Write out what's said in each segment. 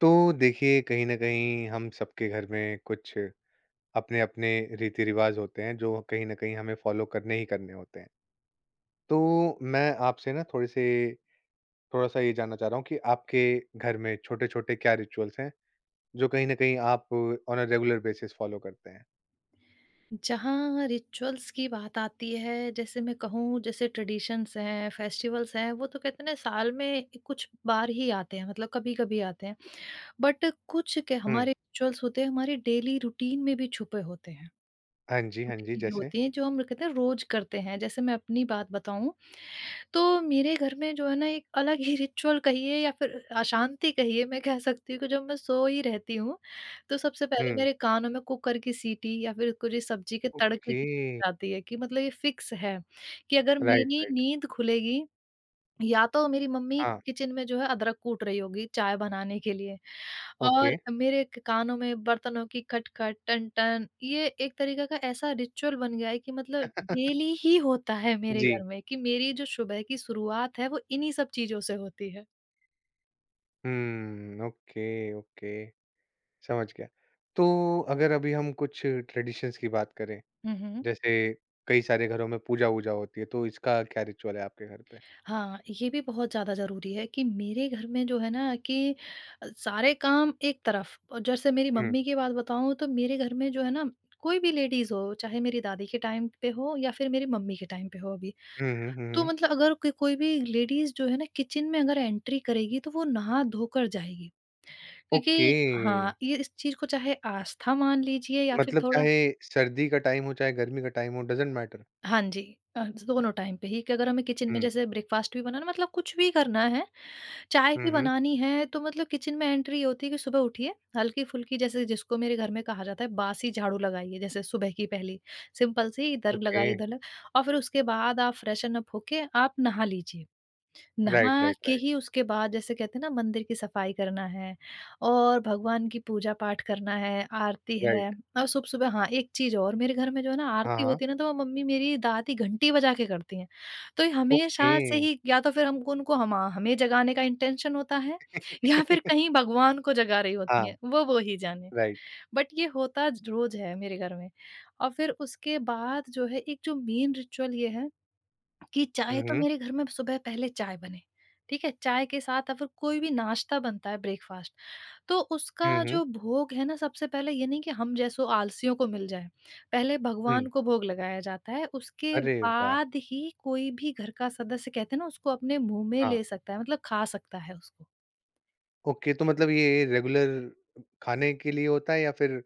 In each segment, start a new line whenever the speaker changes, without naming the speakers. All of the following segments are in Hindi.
तो देखिए कहीं न कहीं हम सबके घर में कुछ अपने-अपने रीति-रिवाज होते हैं जो कहीं न कहीं हमें फ़ॉलो करने ही करने होते हैं। तो मैं आपसे ना थोड़े से थोड़ा-सा ये जानना चाह रहा हूँ कि आपके घर में छोटे-छोटे क्या रिचुअल्स हैं जो कहीं न कहीं आप on a regular basis follow करते हैं?
जहाँ रिचुअल्स की बात आती है, जैसे मैं कहूँ, जैसे ट्रेडिशंस हैं, फेस्टिवल्स हैं, वो तो कहते हैं ना, साल में कुछ बार ही आते हैं, मतलब कभी-कभी आते हैं। बट कुछ के
हुँ।
हमारे रिचुअल्स होते हैं, हमारे डेली रूटीन में भी छुपे होते हैं।
हाँ जी, हाँ
छोटी
जी,
चीज़ें
जैसे?
होती हैं जो हम कहते हैं रोज़ करते हैं। जैसे मैं अपनी बात बताऊँ, तो मेरे घर में जो है ना, एक अलग ही रिचुअल कहिए या फिर अशांति कहिए, मैं कह सकती हूँ कि जब मैं सो ही रहती हूँ, तो सबसे पहले
हुँ।
मेरे कानों में कुकर की सीटी या फिर कुछ सब्जी के तड़के
ओके।
की आती है। कि मतलब ये फिक्स है, कि अगर
राइट,
मेरी
राइट।
नींद खुलेगी, या तो मेरी मम्मी
हाँ,
किचन में जो है, अदरक कूट रही होगी चाय बनाने के लिए,
ओके।
और मेरे कानों में बर्तनों की खटखट, टन टन, ये एक तरीका का ऐसा रिचुअल बन गया है कि मतलब डेली ही होता है मेरे
जी।
घर में, कि मेरी जो सुबह की शुरुआत है, वो इन्हीं सब चीजों से होती है।
Hmm, okay, okay. समझ गया। तो अगर अभी हम कुछ ट्रेडिशंस की बात करें,
हम्म।
जैसे कई सारे घरों में पूजा-वूजा होती है, तो इसका क्या रिचुअल है आपके घर पे?
हाँ, ये भी बहुत ज़्यादा ज़रूरी है कि मेरे घर में जो है ना, कि सारे काम एक तरफ, और जैसे मेरी
हुँ।
मम्मी की बात बताऊँ, तो मेरे घर में जो है ना, कोई भी लेडीज़ हो, चाहे मेरी दादी के टाइम पे हो या फिर मेरी मम्मी के टाइम पे हो अभी।
हुँ, हुँ, हुँ,
तो
हुँ।
मतलब अगर क कोई भी लेडीज़ जो है ना, किचन में अगर एंट्री करेगी, तो वो नहा-धोकर जाएगी।
ओके।
क्योंकि हाँ, ये इस चीज़ को चाहे आस्था मान लीजिए या फिर
मतलब
थोड़ा।
चाहे सर्दी का टाइम हो, चाहे गर्मी का टाइम हो, डज़न्ट मैटर।
हाँ जी, दोनों टाइम पे ही, कि अगर हमें किचन में
हुँ।
जैसे ब्रेकफ़ास्ट भी बनाना, मतलब कुछ भी करना है, चाय
हुँ,
भी
हुँ।
बनानी है, तो मतलब किचन में एंट्री ये होती है कि सुबह उठिए, हल्की-फुल्की जैसे जिसको मेरे घर में कहा जाता है बासी झाड़ू लगाइए, जैसे सुबह की पहली सिंपल सी इधर
ओके।
लगाई इधर लग, और फिर उसके बाद आप फ्रेशन अप होके आप नहा लीजिए।
राइट,
नहा
राइट,
के
राइट,
ही उसके बाद जैसे कहते हैं ना, मंदिर की सफाई करना है और भगवान की पूजा पाठ करना है, आरती है।
राइट।
और सुबह-सुबह, हाँ, एक चीज़ और, मेरे घर में जो है ना,
हाँ,
आरती
हाँ।
होती है ना, तो वो मम्मी, मेरी दादी घंटी बजा के करती हैं। तो ये
ओके।
हमेशा से ही, या तो फिर हमको, उनको हम हमें जगाने का इंटेंशन होता है, या फिर कहीं भगवान को जगा रही
हाँ,
होती हैं, वो ही जाने।
राइट।
बट ये होता रोज़ है मेरे घर में। और फिर उसके बाद जो है, एक जो मेन रिचुअल ये है कि
हुँ,
चाहे तो
हुँ।
मेरे घर में सुबह पहले चाय बने, ठीक है? चाय के साथ अगर कोई भी नाश्ता बनता है, ब्रेकफ़ास्ट, तो उसका
हुँ, हुँ।
जो भोग है ना, सबसे पहले ये नहीं कि हम जैसों आलसियों को मिल जाए। पहले
हुँ।
भगवान को भोग लगाया जाता है, उसके
अरे वाह!
बाद ही कोई भी घर का सदस्य, कहते हैं ना, उसको अपने मुँह में
हाँ।
ले सकता है, मतलब खा सकता है उसको।
ओके, तो मतलब ये रेगुलर खाने के लिए होता है या फिर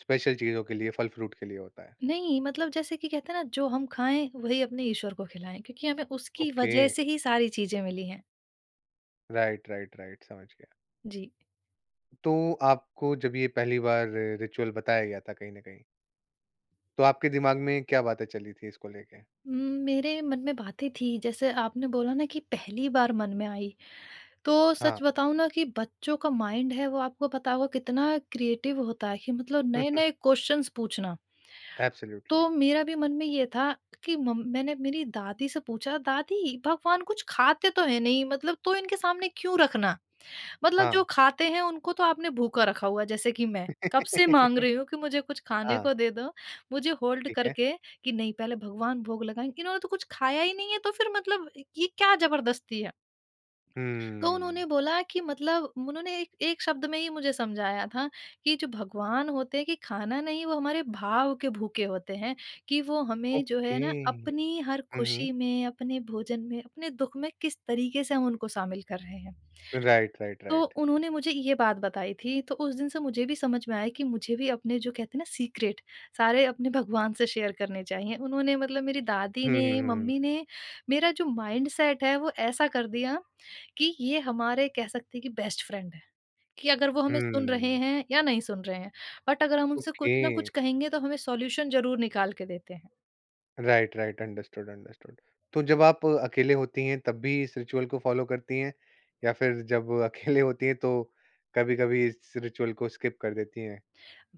स्पेशल चीज़ों के लिए, फल-फ्रूट के लिए होता है।
नहीं, मतलब जैसे कि कहते हैं ना, जो हम खाएँ वही अपने ईश्वर को खिलाएँ, क्योंकि हमें उसकी
ओके,
वजह से ही सारी चीज़ें मिली हैं।
राइट, राइट, राइट, समझ गया।
जी।
तो आपको जब ये पहली बार रिचुअल बताया गया था कहीं न कहीं, तो आपके दिमाग में क्या बातें चली थी इसको लेके?
उम, मेरे मन में बातें थी, जैसे आपने बोला ना कि पहली बार मन में आई, तो
हाँ,
सच बताऊँ ना, कि बच्चों का माइंड है, वो आपको पता होगा कितना क्रिएटिव होता है, कि मतलब नए-नए क्वेश्चंस पूछना।
एब्सोल्युटली,
तो मेरा भी मन में ये था कि मम मैंने मेरी दादी से पूछा, "दादी, भगवान कुछ खाते तो हैं नहीं, मतलब तो इनके सामने क्यों रखना?" मतलब जो
हाँ।
खाते हैं उनको तो आपने भूखा रखा हुआ है, जैसे कि मैं, कब से माँग रही हूँ कि मुझे कुछ खाने
हाँ,
को दे दो, मुझे होल्ड
ठीक है।
करके कि नहीं पहले भगवान भोग लगाएँ, इन्होंने तो कुछ खाया ही नहीं है, तो फिर मतलब ये क्या ज़बरदस्ती है? तो
हुँ,
उन्होंने बोला कि, मतलब उन्होंने एक एक शब्द में ही मुझे समझाया था कि जो भगवान होते हैं, कि खाना नहीं, वो हमारे भाव के भूखे होते हैं, कि वो हमें, जो
ओके।
है ना, अपनी हर
हुँ, हुँ।
खुशी में, अपने भोजन में, अपने दुःख में किस तरीके से हम उनको शामिल कर रहे हैं।
राइट, राइट,
तो
राइट।
उन्होंने मुझे ये बात बताई थी, तो उस दिन से मुझे भी समझ में आया कि मुझे भी अपने, जो कहते हैं ना, सीक्रेट, सारे अपने भगवान से शेयर करने चाहिए। उन्होंने, मतलब मेरी दादी
हुँ, हुँ,
ने,
हुँ,
मम्मी ने मेरा जो माइंडसेट है वो ऐसा कर दिया कि ये हमारे, कह सकते हैं कि, बेस्ट फ्रेंड है, कि अगर वो हमें सुन रहे
हुँ,
हैं या नहीं सुन रहे हैं, बट अगर हम उनसे
ओके।
कुछ ना कुछ कहेंगे, तो हमें सॉल्यूशन ज़रूर निकाल के देते हैं।
Right, right, understood, understood. तो जब आप अकेले होती हैं तब भी इस रिचुअल को फ़ॉलो करती हैं? या फिर जब अकेले होती हैं तो कभी-कभी इस रिचुअल को स्किप कर देती हैं?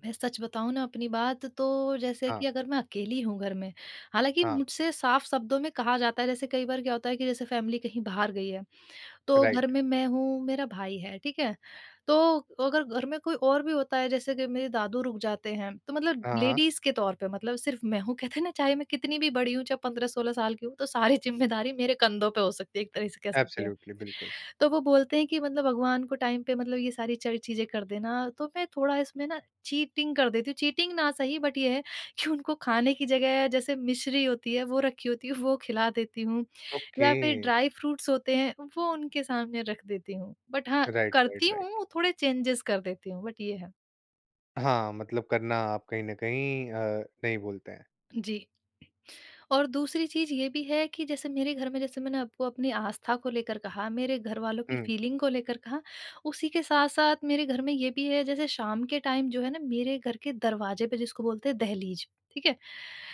मैं सच बताऊँ ना अपनी बात, तो जैसे
हाँ,
कि अगर मैं अकेली हूँ घर में, हालाँकि
हाँ,
मुझसे साफ शब्दों में कहा जाता है, जैसे कई बार क्या होता है कि जैसे फ़ैमिली कहीं बाहर गई है, तो घर
राइट।
में मैं हूँ, मेरा भाई है, ठीक है? तो अगर घर में कोई और भी होता है, जैसे कि मेरे दादू रुक जाते हैं, तो मतलब
हाँ, हाँ,
लेडीज़ के तौर पे, मतलब सिर्फ़ मैं हूँ, कहते हैं ना, चाहे मैं कितनी भी बड़ी हूँ, चाहे 15-16 साल की हूँ, तो सारी ज़िम्मेदारी मेरे कंधों पे हो सकती है, एक तरह से कह सकते हैं।
एब्सोल्युटली, बिल्कुल।
तो वो बोलते हैं कि मतलब भगवान को टाइम पे, मतलब ये सारी चर चीज़ें कर देना, तो मैं थोड़ा इसमें ना चीटिंग कर देती हूँ। चीटिंग ना सही, बट ये है कि उनको खाने की जगह, जैसे मिश्री होती है वो रखी होती है, वो खिला देती हूँ,
ओके,
या फिर ड्राई फ्रूट्स होते हैं, वो उनके सामने रख देती हूँ। बट हाँ,
राइट, राइट,
करती
राइट।
हूँ, थोड़े चेंजेस कर देती हूँ, बट ये है।
हाँ, मतलब करना आप कहीं न कहीं नहीं बोलते हैं।
जी। और दूसरी चीज़ ये भी है कि जैसे मेरे घर में, जैसे मैंने आपको अपनी आस्था को लेकर कहा, मेरे घर वालों की
हुँ,
फीलिंग को लेकर कहा, उसी के साथ-साथ मेरे घर में ये भी है, जैसे शाम के टाइम जो है ना, मेरे घर के दरवाजे पे जिसको बोलते हैं दहलीज, ठीक है?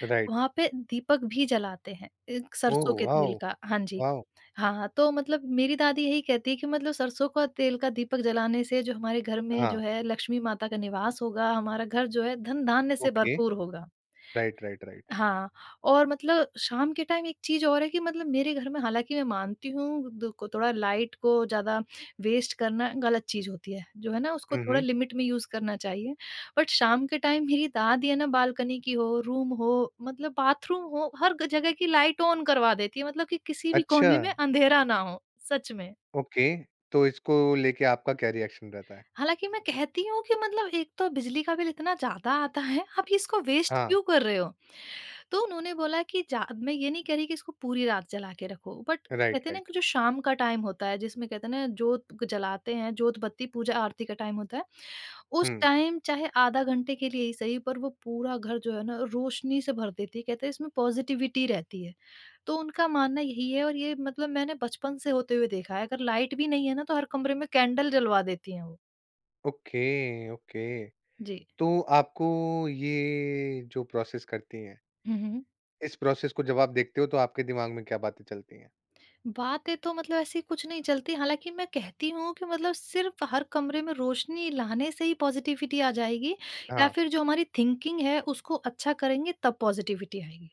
राइट।
वहाँ पे दीपक भी जलाते हैं, एक
ओह
सरसों के तेल
वाओ!
का, हाँ जी।
वाओ!
हाँ, तो मतलब मेरी दादी यही कहती है कि मतलब सरसों का तेल का दीपक जलाने से जो हमारे घर में,
हाँ,
जो है, लक्ष्मी माता का निवास होगा, हमारा घर जो है धन-धान्य से
ओके,
भरपूर होगा।
Right, right, right.
हाँ, और मतलब शाम के टाइम एक चीज़ और है कि मतलब मेरे घर में, हालाँकि मैं मानती हूँ द को थोड़ा, लाइट को ज़्यादा वेस्ट करना गलत चीज़ होती है, जो है ना, उसको
हुँ,
थोड़ा
हुँ।
लिमिट में यूज़ करना चाहिए। बट शाम के टाइम मेरी दादी है ना, बालकनी की हो, रूम हो, मतलब बाथरूम हो, हर ग जगह की लाइट ऑन करवा देती है, मतलब कि किसी भी
अच्छा,
कोने में अंधेरा ना हो, सच में।
ओके, तो इसको लेके आपका क्या रिएक्शन रहता है?
हालाँकि मैं कहती हूँ कि मतलब एक तो बिजली का बिल इतना ज़्यादा आता है, आप इसको वेस्ट
हाँ।
क्यों कर रहे हो? तो उन्होंने बोला कि जा, मैं ये नहीं कह रही कि इसको पूरी रात जला के रखो, बट
राइट,
कहते हैं ना
राइट।
कि जो शाम का टाइम होता है, जिसमें कहते हैं ना, जोत जलाते हैं, जोत बत्ती पूजा आरती का टाइम होता है, उस
हुँ,
टाइम चाहे आधा घंटे के लिए ही सही, पर वो पूरा घर जो है ना, रोशनी से भर देती है, कहते हैं इसमें पॉजिटिविटी रहती है, तो उनका मानना यही है। और ये, मतलब मैंने बचपन से होते हुए देखा है, अगर लाइट भी नहीं है ना, तो हर कमरे में कैंडल जलवा देती हैं वो।
Okay, okay. तो आपको ये जो प्रोसेस करती हैं,
जी।
इस प्रोसेस को जब आप देखते हो तो आपके दिमाग में क्या बातें चलती हैं?
बातें तो मतलब ऐसी कुछ नहीं चलती, हालाँकि मैं कहती हूँ कि मतलब सिर्फ़ हर कमरे में रोशनी लाने से ही पॉज़िटिविटी आ जाएगी, या
हाँ,
फिर जो हमारी थिंकिंग है उसको अच्छा करेंगे तब पॉज़िटिविटी आएगी।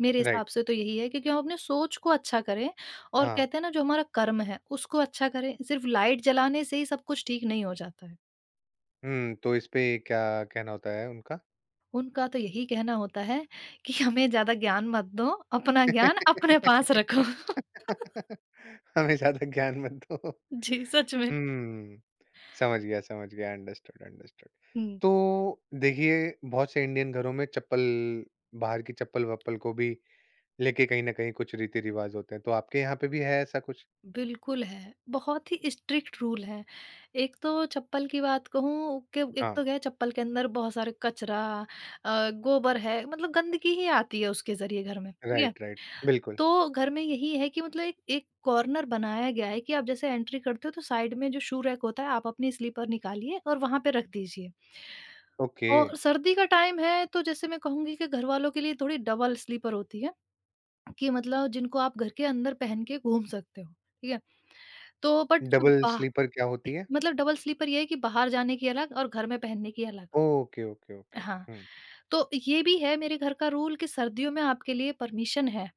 मेरे
राइट,
हिसाब से तो यही है, क्योंकि हम अपने सोच को अच्छा करें, और
हाँ।
कहते हैं ना जो हमारा कर्म है उसको अच्छा करें, सिर्फ़ लाइट जलाने से ही सब कुछ ठीक नहीं हो जाता है।
हुँ, तो इस पे क्या कहना होता है उनका?
उनका तो यही कहना होता है कि हमें ज़्यादा ज्ञान मत दो, अपना ज्ञान अपने पास रखो।
हमें ज़्यादा ज्ञान मत दो।
जी, सच में।
हुँ, समझ गया, समझ गया। Understood, understood.
हुँ।
तो देखिए बहुत से इंडियन घरों में चप्पल बाहर की चप्पल-वप्पल को भी लेके कहीं न कहीं कुछ रीति-रिवाज़ होते हैं, तो आपके यहाँ पे भी है ऐसा कुछ?
बिल्कुल है। बहुत ही स्ट्रिक्ट रूल हैं। एक तो चप्पल की बात कहूँ, कि एक
हाँ,
तो क्या है, चप्पल के अंदर बहुत सारे कचरा, गोबर है, मतलब गंदगी ही आती है उसके ज़रिए घर में, ठीक है?
राइट, राइट, बिल्कुल,
तो घर में यही है कि मतलब एक एक कॉर्नर बनाया गया है कि आप जैसे एंट्री करते हो, तो साइड में जो शू रैक होता है, आप अपनी स्लीपर निकालिए और वहाँ पे रख दीजिए।
ओके,
और सर्दी का टाइम है, तो जैसे मैं कहूँगी कि घरवालों के लिए थोड़ी डबल स्लीपर होती है। कि मतलब जिनको आप घर के अंदर पहन के घूम सकते हो, ठीक है? तो बट जो
डबल
बाह
स्लीपर क्या होती है?
मतलब डबल स्लीपर ये है कि बाहर जाने की अलग और घर में पहनने की अलग।
ओके, ओके, ओके,
हाँ,
हुँ,
तो ये भी है मेरे घर का रूल कि सर्दियों में आपके लिए परमिशन है,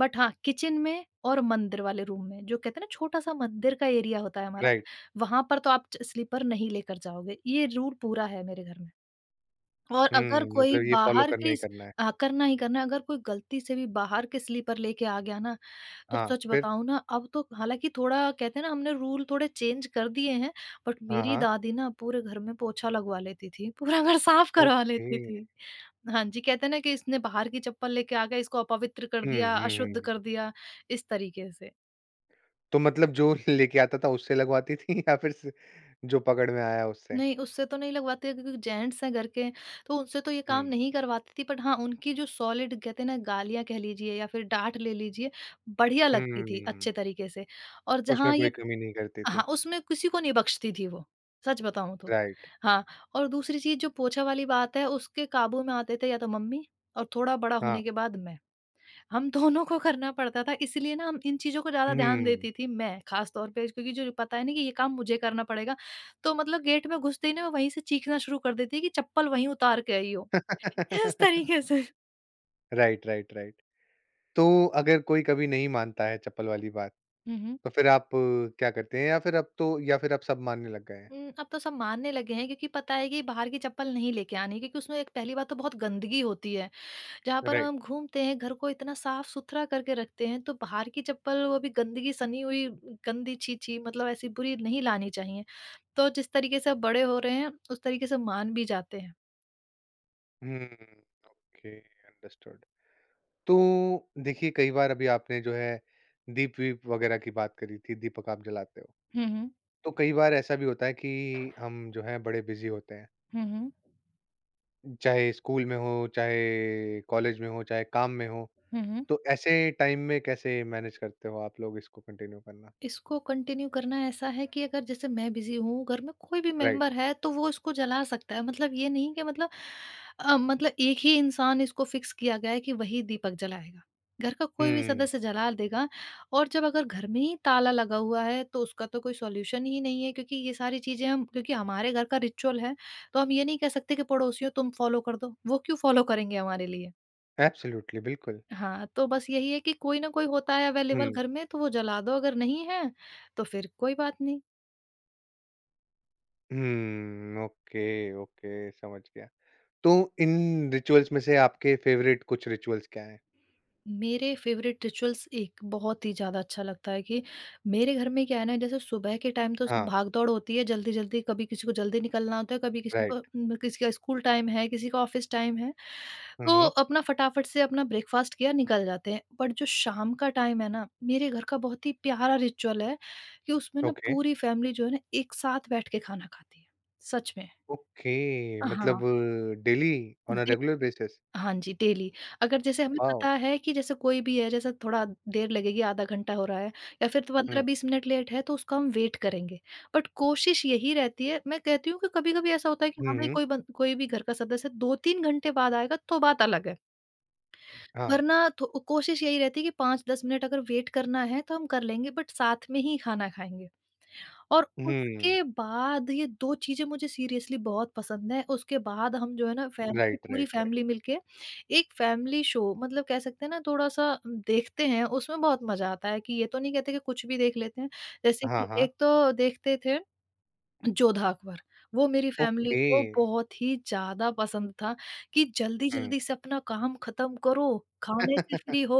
बट हाँ, किचन में और मंदिर वाले रूम में, जो कहते हैं ना छोटा-सा मंदिर का एरिया होता है हमारा,
राइट,
वहाँ पर तो आप च स्लीपर नहीं लेकर जाओगे। ये रूल पूरा है मेरे घर में। और अगर
हुँ,
कोई
मतलब ये फॉलो
बाहर
करना
की
ही
स
करना है,
करना ही करना है। अगर कोई गलती से भी बाहर के स्लीपर लेके आ गया ना, तो
हाँ,
सच
फिर?
बताऊँ ना, अब तो हालाँकि थोड़ा कहते हैं ना हमने रूल थोड़े चेंज कर दिए हैं, बट
हाँ,
मेरी
हाँ,
दादी ना पूरे घर में पोछा लगवा लेती थी, पूरा घर साफ करवा
ओके,
लेती थी। हाँ जी, कहते हैं ना कि इसने बाहर की चप्पल लेके आ गया, इसको अपवित्र कर
हुँ,
दिया,
हुँ,
अशुद्ध कर
हुँ,
दिया, इस तरीके से।
तो मतलब जो लेके आता था उससे लगवाती थी या फिर स जो पकड़ में आया उससे?
नहीं, उससे तो नहीं लगवाते हैं क्योंकि जेंट्स हैं घर के, तो उनसे तो ये काम
हुँ,
नहीं करवाती थी, बट हाँ, उनकी जो सॉलिड कहते हैं ना, गालियाँ कह लीजिए या फिर डाँट ले लीजिए, बढ़िया लगती थी अच्छे
हुँ,
तरीके से। और
उसमें
जहाँ
कोई
ये
कमी नहीं करती
हाँ,
थी,
उसमें किसी को नहीं बख्शती थी वो, सच बताऊँ तो।
राइट,
हाँ, और दूसरी चीज़ जो पोछा वाली बात है, उसके काबू में आते थे या तो मम्मी और थोड़ा बड़ा
हाँ,
होने के बाद मैं। हम दोनों को करना पड़ता था, इसलिए ना हम इन चीज़ों को ज़्यादा ध्यान
हुँ,
देती थी, मैं ख़ास तौर पे क्योंकि जो पता है ना कि ये काम मुझे करना पड़ेगा, तो मतलब गेट में घुसते ही ना मैं वहीं से चीखना शुरू कर देती कि चप्पल वहीं उतार के आई हो। इस तरीके से।
Right, right, right. तो अगर कोई कभी नहीं मानता है चप्पल वाली बात,
हुँ, हुँ।
तो फिर आप क्या करते हैं या फिर आप सब मानने लग गए हैं?
अब तो सब मानने लगे हैं क्योंकि पता है कि बाहर की चप्पल नहीं लेके आनी, क्योंकि उसमें एक पहली बात तो बहुत गंदगी होती है। जहाँ पर
राइट।
हम घूमते हैं, घर को इतना साफ-सुथरा करके रखते हैं, तो बाहर की चप्पल, वो भी गंदगी सनी हुई, गंदी छी-छी, मतलब ऐसी बुरी नहीं लानी चाहिए। तो जिस तरीके से अब बड़े हो रहे हैं, उस तरीके से मान भी जाते हैं।
हुँ, ओके, अंडरस्टूड। तो देखिए कई बार अभी आपने जो है दीप-वीप वगैरह की बात करी थी, दीपक आप जलाते हो।
हुँ, हुँ।
तो कई बार ऐसा भी होता है कि हम जो हैं बड़े बिज़ी होते हैं,
हुँ, हुँ।
चाहे स्कूल में हो, चाहे कॉलेज में हो, चाहे काम में हो।
हुँ, हुँ।
तो ऐसे टाइम में कैसे मैनेज करते हो आप लोग इसको कंटिन्यू करना?
इसको कंटिन्यू करना ऐसा है कि अगर जैसे मैं बिजी हूँ, घर में कोई भी
राइट।
मेंबर है तो वो इसको जला सकता है। मतलब ये नहीं कि मतलब मतलब एक ही इंसान इसको फिक्स किया गया है कि वही दीपक जलाएगा, घर का कोई भी
हुँ,
सदस्य जला देगा। और जब अगर घर में ही ताला लगा हुआ है, तो उसका तो कोई सॉल्यूशन ही नहीं है, क्योंकि ये सारी चीजें हम, क्योंकि हमारे घर का रिचुअल है, तो हम ये नहीं कह सकते कि पड़ोसियों तुम फॉलो कर दो, वो क्यों फॉलो करेंगे हमारे लिए।
एब्सोल्युटली, बिल्कुल।
हाँ, तो बस यही है कि कोई ना कोई होता है अवेलेबल
हुँ।
घर में, तो वो जला दो, अगर नहीं है तो फिर कोई बात नहीं।
हुँ, ओके, ओके, समझ गया। तो इन रिचुअल्स में से आपके फ़ेवरेट कुछ रिचुअल्स क्या हैं?
मेरे फेवरेट रिचुअल्स, एक बहुत ही ज़्यादा अच्छा लगता है कि मेरे घर में क्या है ना, जैसे सुबह के टाइम तो
हाँ,
भाग-दौड़ होती है, जल्दी-जल्दी, कभी किसी को जल्दी निकलना होता है, कभी किसी को
राइट।
किसी का स्कूल टाइम है, किसी का ऑफिस टाइम है।
हुँ,
तो
हुँ,
अपना फटाफट से अपना ब्रेकफ़ास्ट किया, निकल जाते हैं। बट जो शाम का टाइम है ना, मेरे घर का बहुत ही प्यारा रिचुअल है कि उसमें ना
ओके,
पूरी फैमिली जो है ना, एक साथ बैठ के खाना खाती है, सच में।
ओके, मतलब
हाँ,
daily on a
day
regular basis?
हाँ जी, डेली। अगर जैसे हमें
वाओ!
पता है कि जैसे कोई भी है, जैसे थोड़ा देर लगेगी, आधा घंटा हो रहा है या फिर
हुँ,
15-20 मिनट लेट है, तो उसका हम वेट करेंगे। बट कोशिश यही रहती है, मैं कहती हूँ कि कभी-कभी ऐसा होता है कि
हुँ,
हाँ भाई,
हुँ,
कोई बन कोई भी घर का सदस्य 2-3 घंटे बाद आएगा, तो बात अलग है।
हाँ,
वरना थो कोशिश यही रहती है कि 5-10 मिनट अगर वेट करना है, तो हम कर लेंगे, बट साथ में ही खाना खाएँगे। और
हुँ,
उसके बाद ये 2 चीज़ें मुझे सीरियसली बहुत पसंद हैं। उसके बाद हम जो है ना, फैमिली,
राइट,
पूरी
राइट, राइट।
फैमिली मिलके एक फैमिली शो, मतलब कह सकते हैं ना, थोड़ा-सा देखते हैं, उसमें बहुत मज़ा आता है। कि ये तो नहीं कहते कि कुछ भी देख लेते हैं। जैसे
हाँ,
कि
हाँ,
एक तो देखते थे, जोधा अकबर, वो मेरी फैमिली
ओके,
को बहुत ही ज़्यादा पसंद था कि
हुँ,
जल्दी-जल्दी से अपना काम ख़त्म करो, खाने से फ्री हो,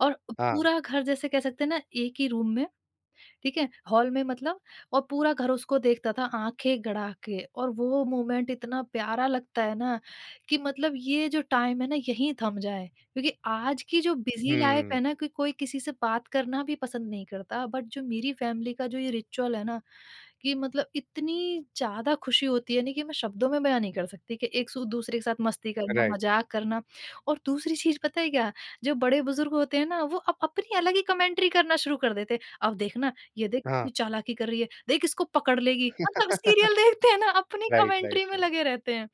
और
हाँ,
पूरा घर जैसे कह सकते हैं ना, एक ही रूम में, ठीक है? हॉल में मतलब, और पूरा घर उसको देखता था आँखें गड़ा के, और वो मोमेंट इतना प्यारा लगता है ना, कि मतलब ये जो टाइम है ना, यहीं थम जाए। क्योंकि आज की जो बिज़ी लाइफ़
हुँ,
है ना, कि कोई किसी से बात करना भी पसंद नहीं करता, बट जो मेरी फैमिली का जो ये रिचुअल है ना, कि मतलब इतनी ज़्यादा खुशी होती है ना, कि मैं शब्दों में बयाँ नहीं कर सकती, कि एक सु दूसरे के साथ मस्ती करना,
राइट,
मज़ाक करना। और दूसरी चीज़ पता है क्या? जो बड़े-बुज़ुर्ग होते हैं ना, वो अब अपनी अलग ही कमेंट्री करना शुरू कर देते हैं। अब देखना, ये देख
हाँ,
कितनी चालाकी कर रही है, देख इसको पकड़ लेगी। मतलब सीरियल देखते हैं ना, अपनी
राइट, राइट,
कमेंट्री में
राइट,
लगे रहते हैं।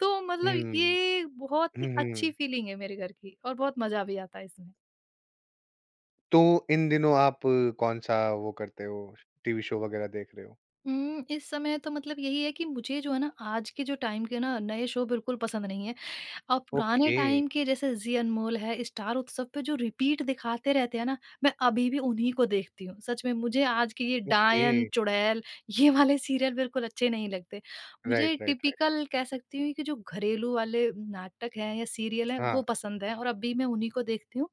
तो मतलब
हुँ,
ये बहुत
हुँ,
ही
हुँ।
अच्छी फीलिंग है मेरे घर की और बहुत मज़ा भी आता है इसमें।
तो इन दिनों आप कौन-सा वो करते हो, टीवी शो वगैरह देख रहे हो?
इस समय तो मतलब यही है कि मुझे जो है ना, आज के जो टाइम के ना, नए शो बिल्कुल पसंद नहीं है। और पुराने
ओके।
टाइम के जैसे जी अनमोल है, स्टार उत्सव पे जो रिपीट दिखाते रहते हैं ना, मैं अभी भी उन्हीं को देखती हूँ। सच में मुझे आज के ये
ओके,
डायन, चुड़ैल, ये वाले सीरियल बिल्कुल अच्छे नहीं लगते।
राइट,
मुझे
राइट, राइट,
टिपिकल कह सकती हूँ कि जो घरेलू वाले नाटक हैं या सीरियल हैं,
हाँ,
वो पसंद हैं और अब भी मैं उन्हीं को देखती हूँ।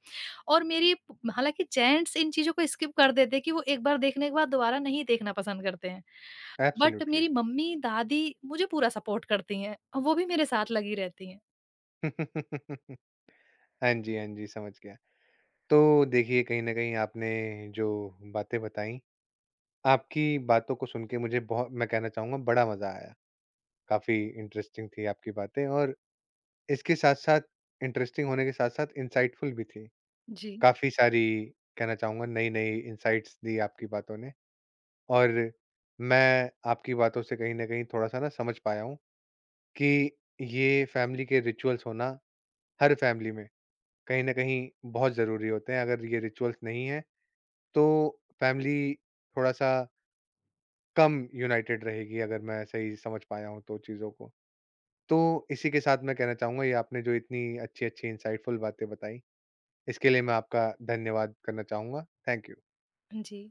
और मेरी, हालाँकि जेंट्स इन चीज़ों को स्किप कर देते हैं, कि वो एक बार देखने के बाद दोबारा नहीं देखना पसंद करते हैं। But
absolutely.
मेरी मम्मी, दादी मुझे पूरा सपोर्ट करती हैं और वो भी मेरे साथ लगी रहती हैं।
हाँ जी, हाँ जी, समझ गया। तो देखिए कहीं ना कहीं आपने जो बातें बताई, आपकी बातों को सुन के मुझे बहुत, मैं कहना चाहूंगा, बड़ा मजा आया। काफी इंटरेस्टिंग थी आपकी बातें, और इसके साथ साथ इंटरेस्टिंग होने के साथ साथ इंसाइटफुल भी थी।
जी।
काफी सारी, कहना चाहूंगा, नई नई इंसाइट्स दी आपकी बातों ने। और मैं आपकी बातों से कहीं ना कहीं थोड़ा सा ना समझ पाया हूँ कि ये फैमिली के रिचुअल्स होना हर फैमिली में कहीं न कहीं बहुत ज़रूरी होते हैं। अगर ये रिचुअल्स नहीं हैं, तो फैमिली थोड़ा-सा कम यूनाइटेड रहेगी, अगर मैं सही समझ पाया हूँ तो चीज़ों को। तो इसी के साथ मैं कहना चाहूँगा, ये आपने जो इतनी अच्छी-अच्छी इनसाइटफुल बातें बताई, इसके लिए मैं आपका धन्यवाद करना चाहूँगा। Thank you.
जी।